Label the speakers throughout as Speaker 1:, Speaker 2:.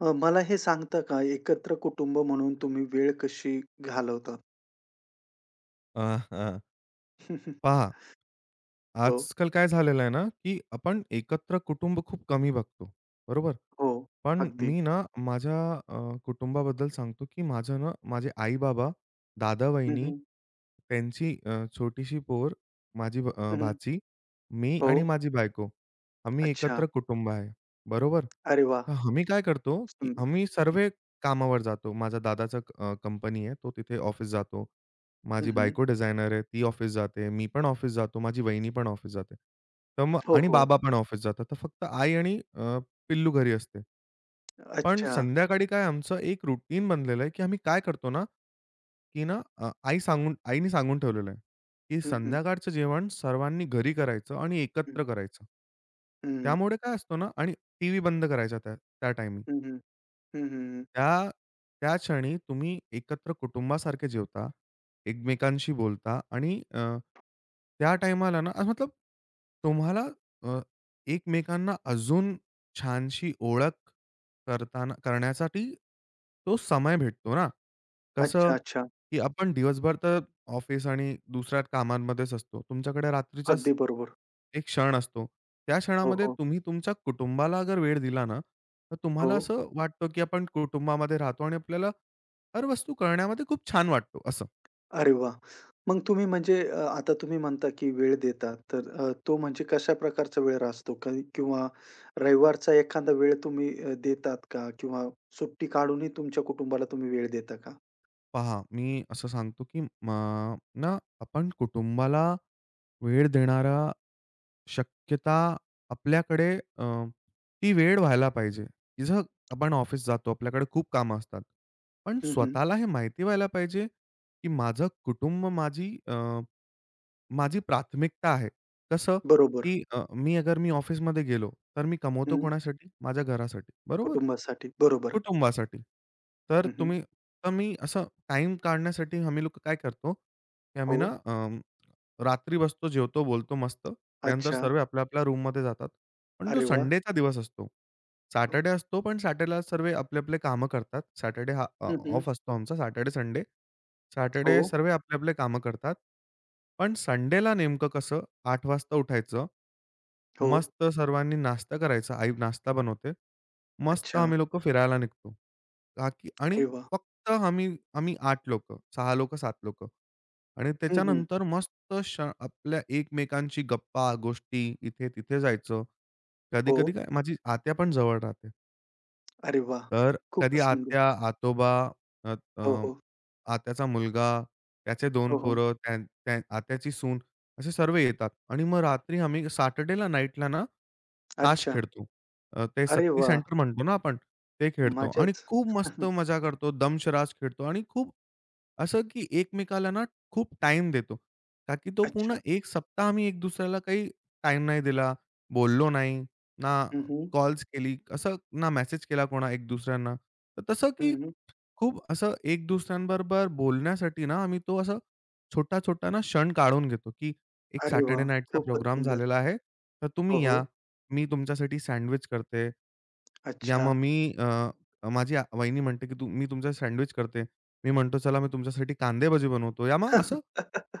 Speaker 1: मला हे सांगता का एकत्र कुटुंब म्हणून तुम्ही वेळ कशी घालवता?
Speaker 2: अ, हां. पहा,
Speaker 1: हो.
Speaker 2: आजकाल काय झालेलं आहे ना, की आपण एकत्र कुटुंब खूप कमी बघतो, बरोबर?
Speaker 1: हो,
Speaker 2: पण
Speaker 1: अगदी.
Speaker 2: मी ना माझ्या अ, कुटुंबाबद्दल सांगतो, की माझं ना माझे आई-बाबा,
Speaker 1: हं,
Speaker 2: दादा-वहिनी,
Speaker 1: हं.
Speaker 2: त्यांची छोटीशी पोर, माझी भाची, मी
Speaker 1: हो.
Speaker 2: आणि माझी बायको. आम्ही
Speaker 1: अच्छा.
Speaker 2: एकत्र कुटुंब आहे. बरोबर?
Speaker 1: अरे वाह!
Speaker 2: तर आम्ही काय करतो, की
Speaker 1: सुंदर.
Speaker 2: आम्ही सर्व कामावर जातो. माझा दादाचा कंपनी आहे. तो तिथे ऑफिस जातो.
Speaker 1: हं,
Speaker 2: माझी
Speaker 1: हं.
Speaker 2: बायको डिझायनर आहे. ती ऑफिस जाते. मी पण ऑफिस जातो. माझी वहिनी पण ऑफिस जाते. तर मग
Speaker 1: हो,
Speaker 2: आणि
Speaker 1: हो.
Speaker 2: बाबा पण ऑफिस जातात. तर फक्त आई आणि पिल्लू घरी असते. पण
Speaker 1: अच्छा.
Speaker 2: संध्याकाळी काय आमचं एक रूटीन बनलेलं आहे, की आम्ही काय करतो ना, की ना आई सांगून आईने सांगून ठेवलेलं आहे, की
Speaker 1: हं, हं.
Speaker 2: संध्याकाळचं जेवण सर्वांनी घरी करायचं आणि
Speaker 1: हं,
Speaker 2: एकत्र करायचं.
Speaker 1: हं.
Speaker 2: त्यामुळे काय असतो ना आणि टीव्ही बंद करायचा त्या त्या टाईमी.
Speaker 1: हं, हं.
Speaker 2: त्या त्या क्षणी तुम्ही एकत्र कुटुंबासारखे जेवता, एकमेकांशी बोलता आणि त्या टाईमाला ना, मतलब तुम्हाला अ, एकमेकांना अजून छानशी ओळख करण्यासाठी तो समय भेटतो ना. कसं,
Speaker 1: अच्छा, अच्छा.
Speaker 2: की आपण दिवसभर तर ऑफिस आणि दुसऱ्या कामांमध्येच असतो. तुमच्याकडे रात्रीचाच
Speaker 1: अगदी बरोबर.
Speaker 2: एक क्षण असतो. त्या
Speaker 1: हो,
Speaker 2: क्षणामध्ये
Speaker 1: हो.
Speaker 2: तुम्ही तुमच्या कुटुंबाला अगर वेळ दिला ना तर
Speaker 1: हो.
Speaker 2: तुम्हाला असं वाटतं, की आपण कुटुंबामध्ये राहतो आणि आपल्याला हर वस्तू करण्यामध्ये खूप छान वाटतो असं.
Speaker 1: अरे वाह! मग तुम्ही म्हणजे आता तुम्ही म्हणता, की वेळ देता. तर तो म्हणजे कशा प्रकारचा वेळ असतो? काही किंवा रविवारचा एखादा वेळ तुम्ही देतात का? किंवा सुट्टी काढूनही तुमच्या कुटुंबाला तुम्ही वेळ देता का?
Speaker 2: पहा, मी असं सांगतो, की ना आपण कुटुंबाला वेळ देणारा शक्यता आपल्याकडे अ, ती वेळ व्हायला पाहिजे. जसं आपण ऑफिस जातो, आपल्याकडे खूप कामं असतात. पण
Speaker 1: हं, हं.
Speaker 2: स्वतःला हे माहिती व्हायला पाहिजे, की माझं कुटुंब माझी माझी प्राथमिकता आहे. कसं,
Speaker 1: बरोबर.
Speaker 2: की अगर मी ऑफिसमध्ये गेलो, तर मी कमवतो
Speaker 1: हं.
Speaker 2: कोणासाठी? माझ्या घरासाठी, बरोबर?
Speaker 1: कुटुंबासाठी. बरोबर.
Speaker 2: कुटुंबासाठी. तर
Speaker 1: हं, हं.
Speaker 2: तुम्ही तर मी असं टाईम काढण्यासाठी आम्ही लोकं काय करतो, की आम्ही
Speaker 1: हो.
Speaker 2: ना रात्री बसतो, जेवतो, बोलतो मस्त. त्यानंतर
Speaker 1: अच्छा.
Speaker 2: सर्व आपल्या-आपल्या रूममध्ये जातात. पण जो
Speaker 1: अरे वाह!
Speaker 2: संडेचा दिवस असतो,
Speaker 1: हो.
Speaker 2: सॅटर्डे असतो, पण सॅटर्डेला सर्व आपले-आपले कामं करतात. सॅटर्डे हा
Speaker 1: हं, हं.
Speaker 2: ऑफ असतो आमचा सॅटर्डे, संडे.
Speaker 1: हो.
Speaker 2: सॅटर्डे सर्व आपले-आपले कामं करतात. पण संडेला नेमकं कसं 8 वाजता उठायचं.
Speaker 1: हो.
Speaker 2: मस्त सर्वांनी नाश्ता करायचा. आई नाश्ता बनवते. मस्त
Speaker 1: अच्छा.
Speaker 2: आम्ही लोक फिरायला निघतो. का की आणि
Speaker 1: अरे वाह!
Speaker 2: फक्त आम्ही आम्ही 8 लोक, 6 लोकं, 7 लोकं आणि
Speaker 1: हं, हं.
Speaker 2: त्याच्यानंतर मस्त आपल्या एकमेकांशी गप्पा, गोष्टी, इथे-तिथे जायचं.
Speaker 1: हो.
Speaker 2: कधी-कधी काय माझी आत्या पण जवळ राहते.
Speaker 1: अरे वाह!
Speaker 2: तर कधी
Speaker 1: खूपच सुंदर.
Speaker 2: आत्या, आतोबा, अ,
Speaker 1: हो,
Speaker 2: अ,
Speaker 1: हो.
Speaker 2: आत्याचा मुलगा, त्याचे
Speaker 1: हो,
Speaker 2: 2
Speaker 1: हो.
Speaker 2: पोरं, त्या आत्याची सून, असे सर्व येतात आणि मग रात्री आम्ही सॅटर्डेला नाईटला ना ताश
Speaker 1: अच्छा.
Speaker 2: खेळतो. ते
Speaker 1: अरे
Speaker 2: सत्ती
Speaker 1: वाह!
Speaker 2: सेंटर म्हणतो ना आपण, ते खेळतो आणि
Speaker 1: मजाच.
Speaker 2: खूप मस्त मजा करतो. दमशराज खेळतो आणि खूप असं की एकमेकाला ना खूप टाइम देतो. का की तो पूर्ण
Speaker 1: अच्छा.
Speaker 2: एक सप्ताह आम्ही एक दुसऱ्याला काही टाइम नाही दिला, बोललो नाही, ना
Speaker 1: हं, हं.
Speaker 2: कॉल्स केली, असं ना मेसेज केला कोणा एक दुसऱ्यांना. तर तसं
Speaker 1: हं,
Speaker 2: की
Speaker 1: हं.
Speaker 2: खूप असं एक दुसऱ्यांबरोबर बोलण्यासाठी ना, आम्ही तो असा छोटा-छोटा ना क्षण काढून घेतो, की एक
Speaker 1: अरे
Speaker 2: सॅटर्डे
Speaker 1: वाह!
Speaker 2: नाईटचा
Speaker 1: खूपच
Speaker 2: प्रोग्राम
Speaker 1: सुंदर.
Speaker 2: झालेला आहे, तर
Speaker 1: हो,
Speaker 2: तुम्ही या.
Speaker 1: हो.
Speaker 2: मी तुमच्यासाठी सँडविच करते. या
Speaker 1: अच्छा.
Speaker 2: मग मी अ, माझी वहिनी म्हणते, की मी तुमचं सँडविच करते. मी म्हणतो, "चला मी तुमच्यासाठी कांदे भजी बनवतो." या मग असं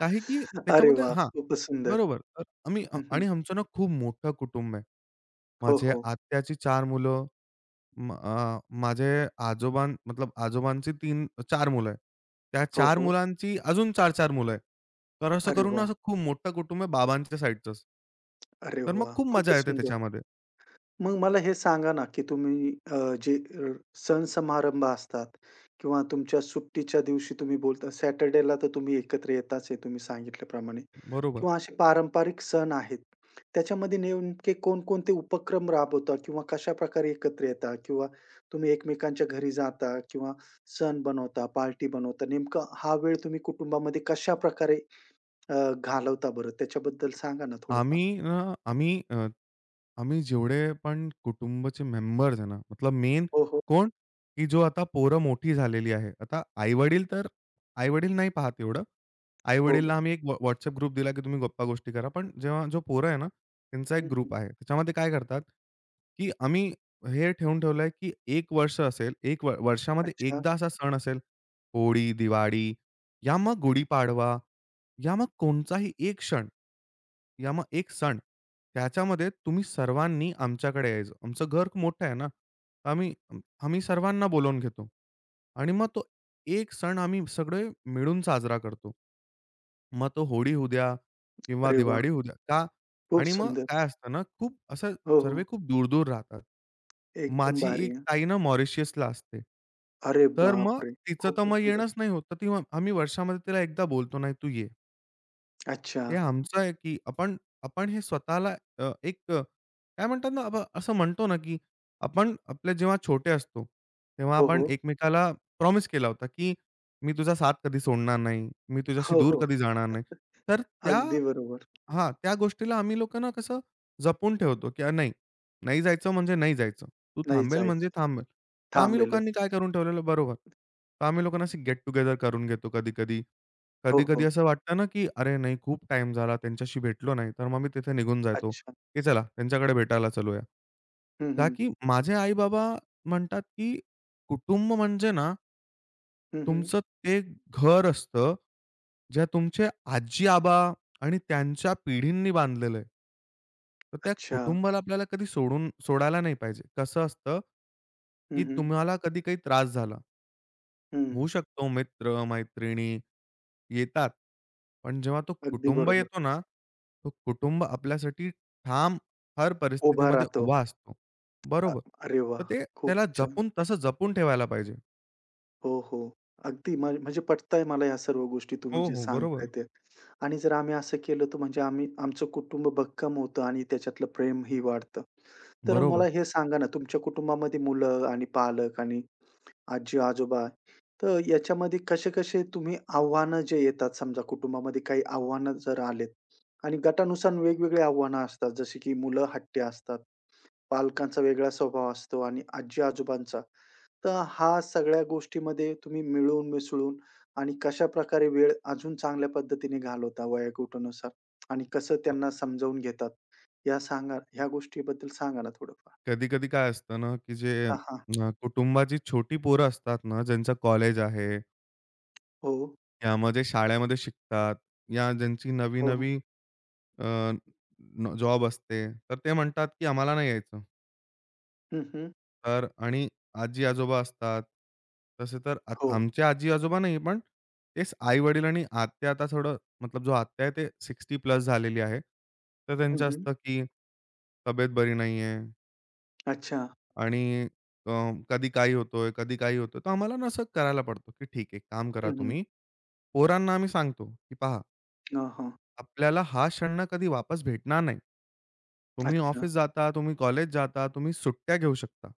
Speaker 2: काही, की
Speaker 1: अरे
Speaker 2: त्याच्यामध्ये
Speaker 1: वाह!
Speaker 2: हां,
Speaker 1: खूपच सुंदर.
Speaker 2: बरोबर. तर आम्ही
Speaker 1: हं, हं.
Speaker 2: आणि आमचं ना खूप मोठं कुटुंब आहे.
Speaker 1: हो,
Speaker 2: माझे
Speaker 1: हो.
Speaker 2: आत्याची 4 मुलं. माझे आजोबांची 3-4 मुलं आहेत. त्या
Speaker 1: हो,
Speaker 2: 4
Speaker 1: हो.
Speaker 2: मुलांची अजून 4-4 मुलं आहेत. तर असं
Speaker 1: अरे
Speaker 2: करून ना,
Speaker 1: वाह!
Speaker 2: असं खूप मोठं कुटुंब आहे बाबांच्या साइडचंच.
Speaker 1: अरे
Speaker 2: तर मग
Speaker 1: वाह!
Speaker 2: खूप मजा
Speaker 1: खूपच
Speaker 2: येते
Speaker 1: सुंदर.
Speaker 2: त्याच्यामध्ये.
Speaker 1: मग मला हे सांगा ना, की तुम्ही जे सण समारंभ असतात किंवा तुमच्या सुट्टीच्या दिवशी तुम्ही बोलता सॅटर्डेला तर तुम्ही एकत्र येताच आहे तुम्ही सांगितल्याप्रमाणे
Speaker 2: बरोबर.
Speaker 1: किंवा असे पारंपरिक सण आहेत. त्याच्यामध्ये नेमके कोणकोणते उपक्रम राबवता किंवा कशाप्रकारे एकत्र येता किंवा तुम्ही एकमेकांच्या घरी जाता किंवा सण बनवता, पार्टी बनवता. नेमका हा वेळ तुम्ही कुटुंबामध्ये कशाप्रकारे अ, घालवता बरं? त्याच्याबद्दल सांगा ना थोडंफार?
Speaker 2: आम्ही ना आम्ही अ, आम्ही जेवढे पण कुटुंबाचे मेंबर्स आहे ना, मतलब मेन
Speaker 1: हो, हो.
Speaker 2: कोण? की जो आता पोरं मोठी झालेली आहे. आता आई-वडील तर आई-वडील नाही पाहत एवढं.
Speaker 1: हो.
Speaker 2: आई-वडीलांना आम्ही एक WhatsApp ग्रुप दिला, की तुम्ही गप्पा-गोष्टी करा. पण जेव्हा जो पोरं आहे ना, त्यांचा एक
Speaker 1: हं, हं.
Speaker 2: ग्रुप आहे. त्याच्यामध्ये काय करतात, की आम्ही हे ठेवून ठेवलं की 1 वर्ष असेल, 1 वर्षामध्ये
Speaker 1: अच्छा.
Speaker 2: एकदा असा सण असेल, होळी, दिवाळी या मग गुढीपाडवा, या मग कोणताही एक क्षण या मग एक सण, त्याच्यामध्ये तुम्ही सर्वांनी आमच्याकडे यायचं. आमचं घर मोठं आहे ना, तर आम्ही आम्ही सर्वांना बोलावून घेतो. आणि मग तो एक सण आम्ही सगळे मिळून साजरा करतो. मग तो होळी होऊ द्या किंवा
Speaker 1: अरे वाह!
Speaker 2: दिवाळी होऊ द्या. का?
Speaker 1: खूप
Speaker 2: आणि मग
Speaker 1: सुंदर.
Speaker 2: काय असतं ना, खूप असं
Speaker 1: हो, हो.
Speaker 2: सर्वे खूप दूर-दूर राहतात.
Speaker 1: एकदम
Speaker 2: माझी
Speaker 1: भारी.
Speaker 2: एक ताई ना मॉरिशियसला असते.
Speaker 1: अरे
Speaker 2: तर मग
Speaker 1: बापरे!
Speaker 2: तिचं तर
Speaker 1: खूपच
Speaker 2: मग
Speaker 1: दूर.
Speaker 2: येणंच नाही होत. तर ती आम्ही वर्षामध्ये तिला एकदा बोलतो, "नाही तू ये."
Speaker 1: अच्छा.
Speaker 2: ते आमचं आहे, की आपण आपण हे स्वतःला एक काय म्हणतात ना, आपण असं म्हणतो ना, की आपण आपले जेव्हा छोटे असतो, तेव्हा
Speaker 1: हो,
Speaker 2: आपण
Speaker 1: हो.
Speaker 2: एकमेकाला प्रॉमिस केला होता, की "मी तुझा साथ कधी सोडणार नाही, मी तुझ्याशी
Speaker 1: हो,
Speaker 2: दूर
Speaker 1: हो.
Speaker 2: कधी जाणार नाही." तर
Speaker 1: अगदी बरोबर.
Speaker 2: त्या गोष्टीला आम्ही लोकं ना कसं जपून ठेवतो, की "नाही, नाही जायचं म्हणजे नाही जायचं. तू
Speaker 1: नाही
Speaker 2: थांबेल
Speaker 1: जायचं.
Speaker 2: म्हणजे थांबेल." तर आम्ही लोकांनी काय
Speaker 1: थांबेलच.
Speaker 2: करून ठेवलेलं बरोबर. तर आम्ही लोकांना अशी गेट टुगेदर करून घेतो कधी-कधी.
Speaker 1: हो,
Speaker 2: कधी-कधी
Speaker 1: हो.
Speaker 2: असं वाटतं ना, की अरे नाही खूप टाईम झाला त्यांच्याशी भेटलो नाही. तर मग मी तिथे निघून जातो,
Speaker 1: अच्छा.
Speaker 2: की चला त्यांच्याकडे भेटायला चलूया.
Speaker 1: हं,
Speaker 2: का
Speaker 1: हं.
Speaker 2: की माझे आई-बाबा म्हणतात, की कुटुंब म्हणजे ना
Speaker 1: हं, हं.
Speaker 2: तुमचं ते घर असतं, ज्या तुमचे आजी-आबा आणि त्यांच्या पिढींनी बांधलेलं आहे. तर त्या
Speaker 1: अच्छा.
Speaker 2: कुटुंबाला आपल्याला कधी सोडायला नाही पाहिजे. कसं असतं,
Speaker 1: हं,
Speaker 2: की
Speaker 1: हं.
Speaker 2: तुम्हाला कधी काही त्रास झाला,
Speaker 1: हं.
Speaker 2: होऊ शकतो मित्र-मैत्रिणी येतात. पण जेव्हा तो
Speaker 1: अगदी
Speaker 2: कुटुंब
Speaker 1: बरोबर.
Speaker 2: येतो ना, तो कुटुंब आपल्यासाठी ठाम हर
Speaker 1: उभा
Speaker 2: परिस्थितीमध्ये
Speaker 1: राहतो.
Speaker 2: उभा असतो.
Speaker 1: अ,
Speaker 2: बरोबर.
Speaker 1: अरे
Speaker 2: तर
Speaker 1: वाह!
Speaker 2: ते
Speaker 1: खूप
Speaker 2: त्याला
Speaker 1: छान.
Speaker 2: तसं जपून ठेवायला पाहिजे.
Speaker 1: हो, हो. अगदी म्हणजे पटताय मला ह्या सर्व गोष्टी तुम्ही
Speaker 2: हो,
Speaker 1: जे
Speaker 2: हो.
Speaker 1: सांगताय
Speaker 2: बरोबर.
Speaker 1: ते. आणि जर आम्ही असं केलं तर म्हणजे आम्ही आमचं कुटुंब भक्कम होतं आणि त्याच्यातलं प्रेमही वाढतं. तर मला
Speaker 2: बरोबर.
Speaker 1: हे सांगा ना तुमच्या कुटुंबामध्ये मुलं आणि पालक आणि आजी-आजोबा तर याच्यामध्ये कसे-कसे तुम्ही आव्हानं जे येतात समजा कुटुंबामध्ये काही आव्हानं जर आलेत आणि गटानुसार वेगवेगळी आव्हानं असतात जसे की मुलं हट्टी असतात, पालकांचा वेगळा स्वभाव असतो आणि आजी-आजोबांचा. तर हा सगळ्या गोष्टीमध्ये तुम्ही मिळून मिसळून आणि कशाप्रकारे वेळ अजून चांगल्या पद्धतीने घालवता वयोगटानुसार आणि कसं त्यांना समजावून घेतात? या सांगा ह्या गोष्टीबद्दल सांगा ना थोडंफार?
Speaker 2: कधी-कधी काय असतं ना, की जे
Speaker 1: हां, हां.
Speaker 2: कुटुंबाची छोटी पोरं असतात ना, ज्यांचं कॉलेज आहे,
Speaker 1: हो,
Speaker 2: यामध्ये शाळेमध्ये शिकतात, या ज्यांची
Speaker 1: हो.
Speaker 2: नवी-नवी अ, जॉब असते, तर ते म्हणतात, की आम्हाला नाही यायचं.
Speaker 1: हं, हं.
Speaker 2: तर आणि आजी-आजोबा असतात. तसे तर
Speaker 1: हो.
Speaker 2: आमचे आजी-आजोबा नाही, पण तेच आई-वडील आणि आत्या आता थोडं मतलब जो आत्या आहे, ते 60 प्लस झालेली आहे. तर
Speaker 1: हं,
Speaker 2: त्यांचं
Speaker 1: हं.
Speaker 2: असतं, की तब्येत बरी नाहीये.
Speaker 1: अच्छा.
Speaker 2: आणि अ, कधी काही होतोय, कधी काही होतोय. तर आम्हाला ना असं करायला पडतो, की ठीक आहे, काम करा
Speaker 1: हं, हं.
Speaker 2: तुम्ही. पोरांना आम्ही सांगतो, की पहा
Speaker 1: हां, हां.
Speaker 2: आपल्याला हा क्षण ना कधी वापस भेटणार नाही. तुम्ही
Speaker 1: अच्छा.
Speaker 2: ऑफिस जाता, तुम्ही कॉलेज जाता, तुम्ही सुट्ट्या घेऊ शकता.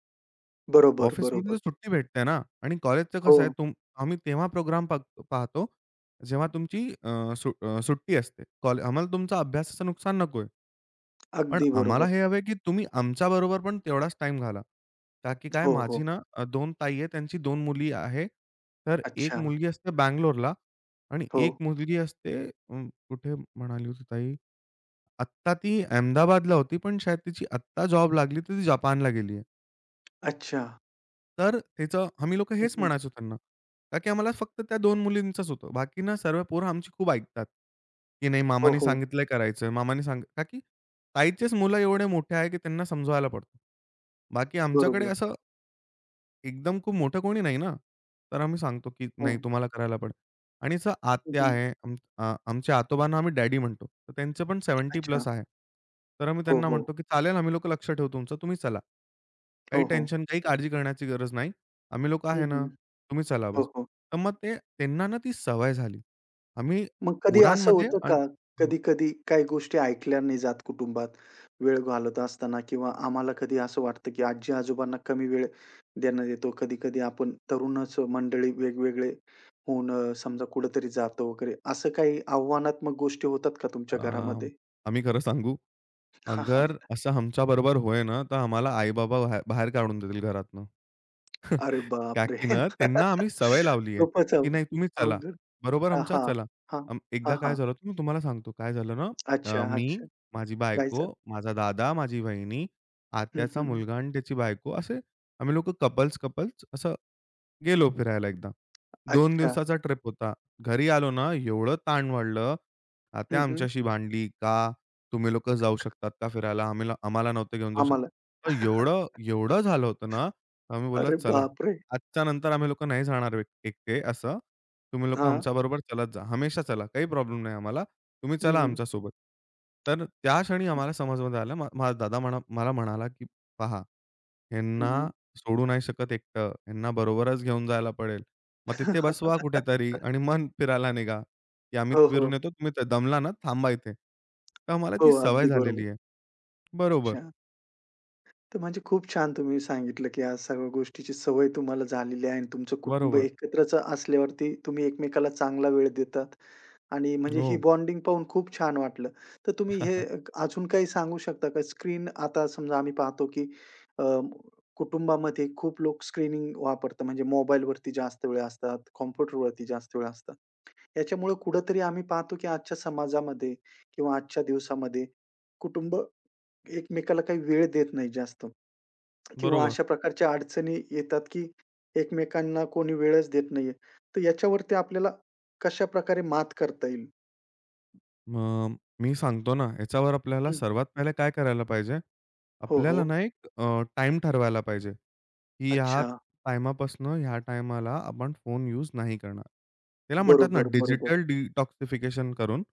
Speaker 1: बरोबर,
Speaker 2: ऑफिसमध्ये तर
Speaker 1: बरोबर.
Speaker 2: सुट्टी भेटते ना आणि कॉलेजचं
Speaker 1: हो.
Speaker 2: कसं आहे आम्ही तेव्हा प्रोग्राम पाहतो, जेव्हा तुमची सुट्टी असते. आम्हाला तुमचा अभ्यासाचं नुकसान नको पण
Speaker 1: अगदी
Speaker 2: आम्हाला
Speaker 1: बरोबर.
Speaker 2: हे हवं आहे, की तुम्ही आमच्याबरोबर पण तेवढाच टाइम घाला. का की काय
Speaker 1: हो, हो.
Speaker 2: माझी ना 2 ताई आहे, त्यांची दोन मुली आहे. तर एक
Speaker 1: अच्छा.
Speaker 2: मुलगी असते बंगलोरला आणि
Speaker 1: हो.
Speaker 2: एक मुलगी असते अ, कुठे म्हणाली होती ताई? आत्ता ती अहमदाबादला होती, पण शायद तिची आत्ता जॉब लागली, तर ती जपानला गेली
Speaker 1: अच्छा.
Speaker 2: तर त्याचं आम्ही लोकं
Speaker 1: हं,
Speaker 2: हेच
Speaker 1: हं.
Speaker 2: म्हणायचो त्यांना. का की आम्हाला फक्त त्या 2 मुलींचंच होतं. बाकी ना सर्व पोरं आमची खूप ऐकतात, की नाही
Speaker 1: हो,
Speaker 2: मामाने
Speaker 1: हो.
Speaker 2: सांगितलंय करायचं. मामाने का की ताईचेच मुलं एवढे मोठे आहे, की त्यांना समजवायला पडतं. बाकी आमच्याकडे
Speaker 1: बरोबर.
Speaker 2: असं एकदम खूप मोठं कोणी नाही ना. तर आम्ही सांगतो, की
Speaker 1: हो.
Speaker 2: नाही तुम्हाला करायला पडेल. आणि असं
Speaker 1: हं,
Speaker 2: आत्या
Speaker 1: हं.
Speaker 2: आहे, आमच्या आतोबांना आम्ही डॅडी म्हणतो. तर त्यांचं पण 70
Speaker 1: अच्छा.
Speaker 2: प्लस आहे. तर आम्ही
Speaker 1: हो,
Speaker 2: त्यांना
Speaker 1: हो.
Speaker 2: म्हणतो, की चालेल आम्ही लोकं लक्ष ठेवू तुमचं, तुम्ही चला.
Speaker 1: हो,
Speaker 2: काही
Speaker 1: हो.
Speaker 2: टेन्शन, काही काळजी करण्याची गरज नाही. आम्ही लोकं
Speaker 1: हं,
Speaker 2: आहे ना,
Speaker 1: हं.
Speaker 2: तुम्ही चला
Speaker 1: हो,
Speaker 2: बस.
Speaker 1: हो.
Speaker 2: तर मग ते त्यांना ना ती सवय झाली. आम्ही
Speaker 1: मग कधी असं
Speaker 2: पोरांमध्ये
Speaker 1: होतं
Speaker 2: अन
Speaker 1: का, कधी-कधी काही गोष्टी ऐकल्या नाही जात कुटुंबात, वेळ घालवत असताना किंवा आम्हाला कधी असं वाटतं, की आजी-आजोबांना कमी वेळ देण्यात येतो. कधी-कधी आपण तरुणच मंडळी वेगवेगळे होऊन समजा कुठेतरी जातो वगैरे, असं काही आव्हानात्मक गोष्टी होतात का
Speaker 2: अ,
Speaker 1: तुमच्या घरामध्ये?
Speaker 2: आम्ही खरं सांगू?
Speaker 1: हां, हां.
Speaker 2: अगर असं आमच्याबरोबर होय ना, तर आम्हाला आई-बाबा बाहेर काढून देतील घरातनं.
Speaker 1: अरे
Speaker 2: का
Speaker 1: बापरे!
Speaker 2: की ना त्यांना आम्ही सवय लावली आहे,
Speaker 1: खूपच
Speaker 2: की नाही तुम्ही चला.
Speaker 1: अवघड.
Speaker 2: बरोबर
Speaker 1: हां,
Speaker 2: आमच्या
Speaker 1: हां.
Speaker 2: चला.
Speaker 1: हां. हां,
Speaker 2: एकदा काय
Speaker 1: हां.
Speaker 2: झालं होतं मी तुम्हाला सांगतो. काय झालं ना,
Speaker 1: अच्छा, अच्छा.
Speaker 2: मी, माझी बायको,
Speaker 1: गायचा.
Speaker 2: माझा दादा, माझी वहिनी,
Speaker 1: हं,
Speaker 2: आत्याचा
Speaker 1: हं.
Speaker 2: मुलगा आणि त्याची बायको असे आम्ही लोकं कपल्स-कपल्स असं गेलो फिरायला एकदा. दोन
Speaker 1: अच्छा.
Speaker 2: दिवसाचा ट्रिप होता. घरी आलो ना, एवढं ताण वाढलं.
Speaker 1: हं,
Speaker 2: आत्या
Speaker 1: हं.
Speaker 2: आमच्याशी भांडली, "का तुम्ही लोकं जाऊ शकतात का फिरायला? आम्हाला नव्हतं घेऊन जाऊ शकत."
Speaker 1: आम्हाला.
Speaker 2: तर एवढं, एवढं झालं होतं ना, आम्ही बोललो,
Speaker 1: अरे
Speaker 2: "चला,
Speaker 1: बापरे!
Speaker 2: आजच्या नंतर आम्ही लोकं नाही जाणार एकटे असं. तुम्ही लोकं
Speaker 1: हां.
Speaker 2: आमच्याबरोबर चालत जा. हमेशा चला. काही प्रॉब्लेम नाही आम्हाला. तुम्ही
Speaker 1: हं,
Speaker 2: चला
Speaker 1: हं.
Speaker 2: आमच्यासोबत." तर त्या क्षणी
Speaker 1: अच्छा.
Speaker 2: आम्हाला समजमध्ये आलं. माझा दादा मला म्हणाला, की "पहा,
Speaker 1: हं,
Speaker 2: ह्यांना"
Speaker 1: हं.
Speaker 2: सोडू नाही शकत एकटं. ह्यांना बरोबरच घेऊन जायला पडेल. मग तिथे बसवा कुठेतरी आणि मन फिरायला निघा, की आम्ही
Speaker 1: हो,
Speaker 2: फिरून
Speaker 1: हो.
Speaker 2: येतो. तुम्ही तर दमला ना, थांबा इथे. तर आम्हाला
Speaker 1: हो,
Speaker 2: ती सवय
Speaker 1: अगदी बरोबर.
Speaker 2: झालेली आहे. बरोबर,
Speaker 1: अच्छा. तर म्हणजे खूप छान तुम्ही सांगितलं, की या सर्व गोष्टीची सवय तुम्हाला झालेली आहे आणि तुमचं कुटुंब
Speaker 2: बरोबर.
Speaker 1: एकत्रच असल्यावरती तुम्ही एकमेकाला चांगला वेळ देतात आणि म्हणजे ही
Speaker 2: हो.
Speaker 1: बॉन्डिंग पाहून खूप छान वाटलं. तर तुम्ही हे अजून काही सांगू शकता का? स्क्रीन आता समजा आम्ही पाहतो, की अ, कुटुंबामध्ये खूप लोक स्क्रीनिंग वापरतात. म्हणजे मोबाईलवरती जास्त वेळ असतात, कॉम्प्युटरवरती जास्त वेळ असतात. याच्यामुळे कुठेतरी आम्ही पाहतो, की आजच्या समाजामध्ये किंवा आजच्या दिवसामध्ये कुटुंब एकमेकाला काही वेळ देत नाही जास्त किंवा
Speaker 2: बरोबर.
Speaker 1: अशा प्रकारच्या अडचणी येतात, की एकमेकांना कोणी वेळच देत नाहीये. तर याच्यावरती आपल्याला कशाप्रकारे मात करता येईल?
Speaker 2: मग मी सांगतो ना, याच्यावर आपल्याला
Speaker 1: हं.
Speaker 2: सर्वात पहिले काय करायला पाहिजे,
Speaker 1: हो,
Speaker 2: आपल्याला
Speaker 1: हो.
Speaker 2: ना एक टाईम ठरवायला पाहिजे, की ह्या
Speaker 1: अच्छा.
Speaker 2: टाईमापासनं ह्या टाईमाला आपण फोन यूज नाही करणार. त्याला म्हणतात ना
Speaker 1: बरोबर, बरोबर.
Speaker 2: डिजिटल डिटॉक्सिफिकेशन करून.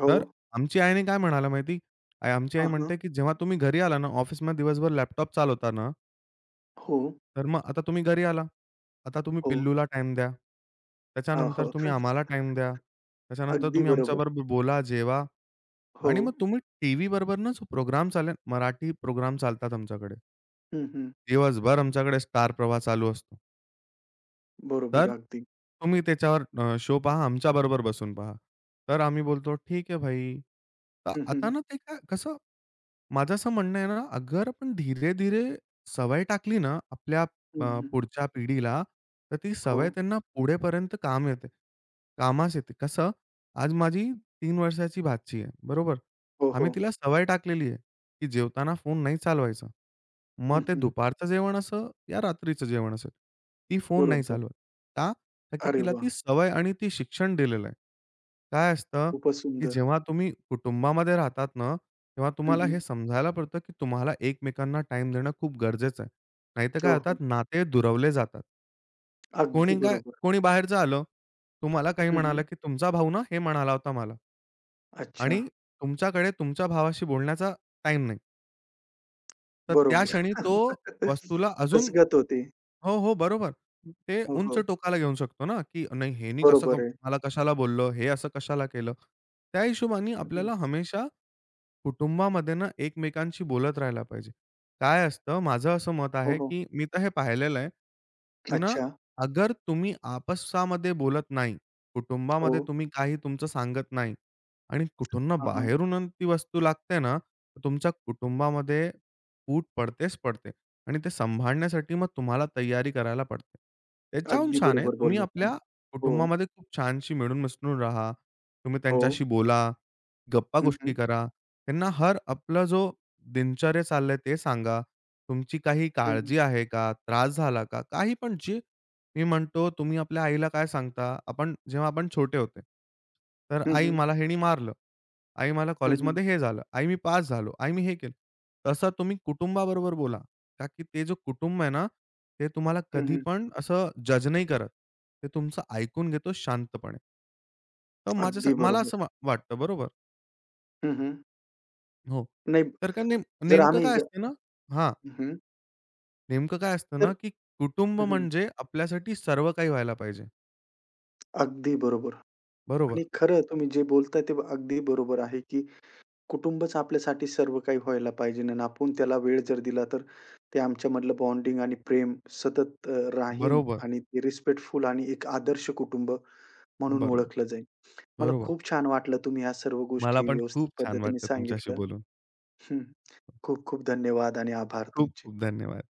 Speaker 1: हो.
Speaker 2: तर आमची आईने काय म्हणाला माहिती? आमची आई
Speaker 1: हां, हां.
Speaker 2: म्हणते, की जेव्हा तुम्ही घरी आला ना, ऑफिसमध्ये दिवसभर लॅपटॉप चालवता ना,
Speaker 1: हो,
Speaker 2: तर मग आता तुम्ही घरी आला. आता तुम्ही
Speaker 1: हो.
Speaker 2: पिल्लूला टाईम द्या.
Speaker 1: हां, हो.
Speaker 2: त्याच्यानंतर तुम्ही आम्हाला टाईम द्या. त्याच्यानंतर
Speaker 1: अगदी
Speaker 2: तुम्ही
Speaker 1: बरोबर.
Speaker 2: आमच्याबरोबर बोला, जेवा.
Speaker 1: हो.
Speaker 2: आणि मग तुम्ही टीव्हीबरोबरच प्रोग्राम चालेल मराठी प्रोग्राम चालतात आमच्याकडे.
Speaker 1: हं, हं.
Speaker 2: दिवसभर आमच्याकडे स्टार प्रवाह चालू असतो.
Speaker 1: बरोबर.
Speaker 2: तर
Speaker 1: अगदी.
Speaker 2: तुम्ही त्याच्यावर शो पहा, आमच्याबरोबर बसून पहा. तर आम्ही बोलतो, "ठीक आहे भाई." तर
Speaker 1: हं,
Speaker 2: आता
Speaker 1: हं.
Speaker 2: ना ते काय कसं माझं असं म्हणणं आहे ना, अगर आपण धीरे-धीरे सवय टाकली ना आपल्या
Speaker 1: हं,
Speaker 2: अ,
Speaker 1: हं.
Speaker 2: पुढच्या पिढीला, तर ती
Speaker 1: हो.
Speaker 2: सवय त्यांना पुढेपर्यंत काम येते. कामास येते. कसं? आज माझी 3 वर्षाची भाची आहे, बरोबर?
Speaker 1: हो,
Speaker 2: आम्ही
Speaker 1: हो.
Speaker 2: तिला सवय टाकलेली आहे, की जेवताना फोन नाही चालवायचा. मग
Speaker 1: हं,
Speaker 2: ते
Speaker 1: हं.
Speaker 2: दुपारचं जेवण असो या रात्रीचं जेवण असेल, ती फोन नाही
Speaker 1: बरोबर.
Speaker 2: चालवत. का? का की
Speaker 1: अरे
Speaker 2: तिला
Speaker 1: वाह!
Speaker 2: ती सवय आणि ती शिक्षण दिलेलं आहे. काय असतं,
Speaker 1: खूपच
Speaker 2: की
Speaker 1: सुंदर.
Speaker 2: जेव्हा तुम्ही कुटुंबामध्ये राहतात ना तेव्हा
Speaker 1: हं,
Speaker 2: तुम्हाला
Speaker 1: हं.
Speaker 2: हे समजायला पडतं, की तुम्हाला एकमेकांना टाईम देणं खूप गरजेचं आहे. नाहीतर काय
Speaker 1: हो, हो.
Speaker 2: होतात नाते दुरावले जातात.
Speaker 1: अगदी बरोबर.
Speaker 2: कोणी बाहेरचं आलं, तुम्हाला काही
Speaker 1: हं, हं.
Speaker 2: म्हणालं, की तुमचा भाऊ ना हे म्हणाला होता मला
Speaker 1: अच्छा.
Speaker 2: आणि तुमच्याकडे तुमच्या भावाशी बोलण्याचा टाईम नाही. तर त्या
Speaker 1: बरोबर.
Speaker 2: क्षणी तो वस्तूला अजून
Speaker 1: फसगत होती.
Speaker 2: हो, हो, बरोबर. ते
Speaker 1: हो,
Speaker 2: उंच
Speaker 1: हो.
Speaker 2: टोकाला घेऊन शकतो ना, की नाही ह्यानी कसं
Speaker 1: बरोबर आहे.
Speaker 2: मला कशाला बोललं, हे असं कशाला केलं. त्या हिशोबाने
Speaker 1: हं, हं.
Speaker 2: आपल्याला हमेशा कुटुंबामध्ये ना एकमेकांशी बोलत राहायला पाहिजे. काय असतं माझं असं मत
Speaker 1: हो,
Speaker 2: आहे,
Speaker 1: हो.
Speaker 2: की मी तर हे पाहिलेलं आहे, की ना
Speaker 1: अच्छा.
Speaker 2: अगर तुम्ही आपसामध्ये बोलत नाही,
Speaker 1: हो.
Speaker 2: कुटुंबामध्ये तुम्ही काही तुमचं सांगत नाही आणि कुठून
Speaker 1: हां, हां.
Speaker 2: बाहेरून ती वस्तू लागते ना, तर तुमच्या कुटुंबामध्ये फूट पडतेच पडते. आणि ते सांभाळण्यासाठी मग तुम्हाला तयारी करायला पडते. त्याच्याहून
Speaker 1: अगदी
Speaker 2: छान आहे
Speaker 1: बरोबर
Speaker 2: तुम्ही
Speaker 1: बोललात तुम्ही.
Speaker 2: आपल्या
Speaker 1: हो,
Speaker 2: कुटुंबामध्ये खूप छानशी मिळून-मिसळून राहा. तुम्ही
Speaker 1: हो.
Speaker 2: त्यांच्याशी बोला,
Speaker 1: हं,
Speaker 2: गप्पा-गोष्टी
Speaker 1: हं.
Speaker 2: करा. त्यांना हर आपला जो दिनचर्या चाललंय ते सांगा. तुमची काही
Speaker 1: हं, हं.
Speaker 2: काळजी आहे का? त्रास झाला का? काही पण जे मी म्हणतो तुम्ही आपल्या आईला काय सांगता? आपण जेव्हा आपण छोटे होते. तर
Speaker 1: हं,
Speaker 2: "आई
Speaker 1: हं.
Speaker 2: मला ह्यानी मारलं. आई मला
Speaker 1: हं, हं.
Speaker 2: कॉलेजमध्ये हे झालं. आई मी पास झालो. आई मी हे केलं." तसं तुम्ही कुटुंबाबरोबर बोला. का की ते जो कुटुंब आहे ना, ते तुम्हाला
Speaker 1: हं,
Speaker 2: कधी
Speaker 1: हं.
Speaker 2: पण असं जज नाही करत. ते तुमचं ऐकून घेतो शांतपणे. तर
Speaker 1: अगदी
Speaker 2: मला
Speaker 1: बरोबर.
Speaker 2: असं वाटतं बरोबर.
Speaker 1: हं, हं.
Speaker 2: हो.
Speaker 1: नाही
Speaker 2: तर का नेम
Speaker 1: जर
Speaker 2: नेमकं
Speaker 1: आम्ही
Speaker 2: काय असतं
Speaker 1: जर
Speaker 2: ना हां,
Speaker 1: हं, हं.
Speaker 2: नेमकं काय असतं ना,
Speaker 1: तर
Speaker 2: की कुटुंब
Speaker 1: हं, हं.
Speaker 2: म्हणजे आपल्यासाठी सर्व काही व्हायला पाहिजे.
Speaker 1: अगदी बरोबर
Speaker 2: बरोबर,
Speaker 1: आणि खरं तुम्ही जे बोलताय ते अगदी बरोबर आहे, की कुटुंबच आपल्यासाठी सर्व काही व्हायला पाहिजे आणि आपण त्याला वेळ जर दिला तर ते आमच्यामधलं बॉन्डिंग आणि प्रेम सतत राहीन
Speaker 2: बरोबर,
Speaker 1: आणि ते रिस्पेक्टफुल आणि एक आदर्श कुटुंब म्हणून
Speaker 2: बरोबर,
Speaker 1: ओळखलं जाईल. मला
Speaker 2: बरोबर.
Speaker 1: खूप छान वाटलं तुम्ही ह्या सर्व
Speaker 2: मला
Speaker 1: गोष्टी
Speaker 2: पण
Speaker 1: व्यवस्थित
Speaker 2: खूप छान
Speaker 1: पद्धतीने
Speaker 2: वाटतं तुमच्याशी
Speaker 1: सांगितलं.
Speaker 2: बोलून.
Speaker 1: हं. खूप खूप धन्यवाद आणि आभार
Speaker 2: खूप खूप
Speaker 1: तुमचे.
Speaker 2: धन्यवाद.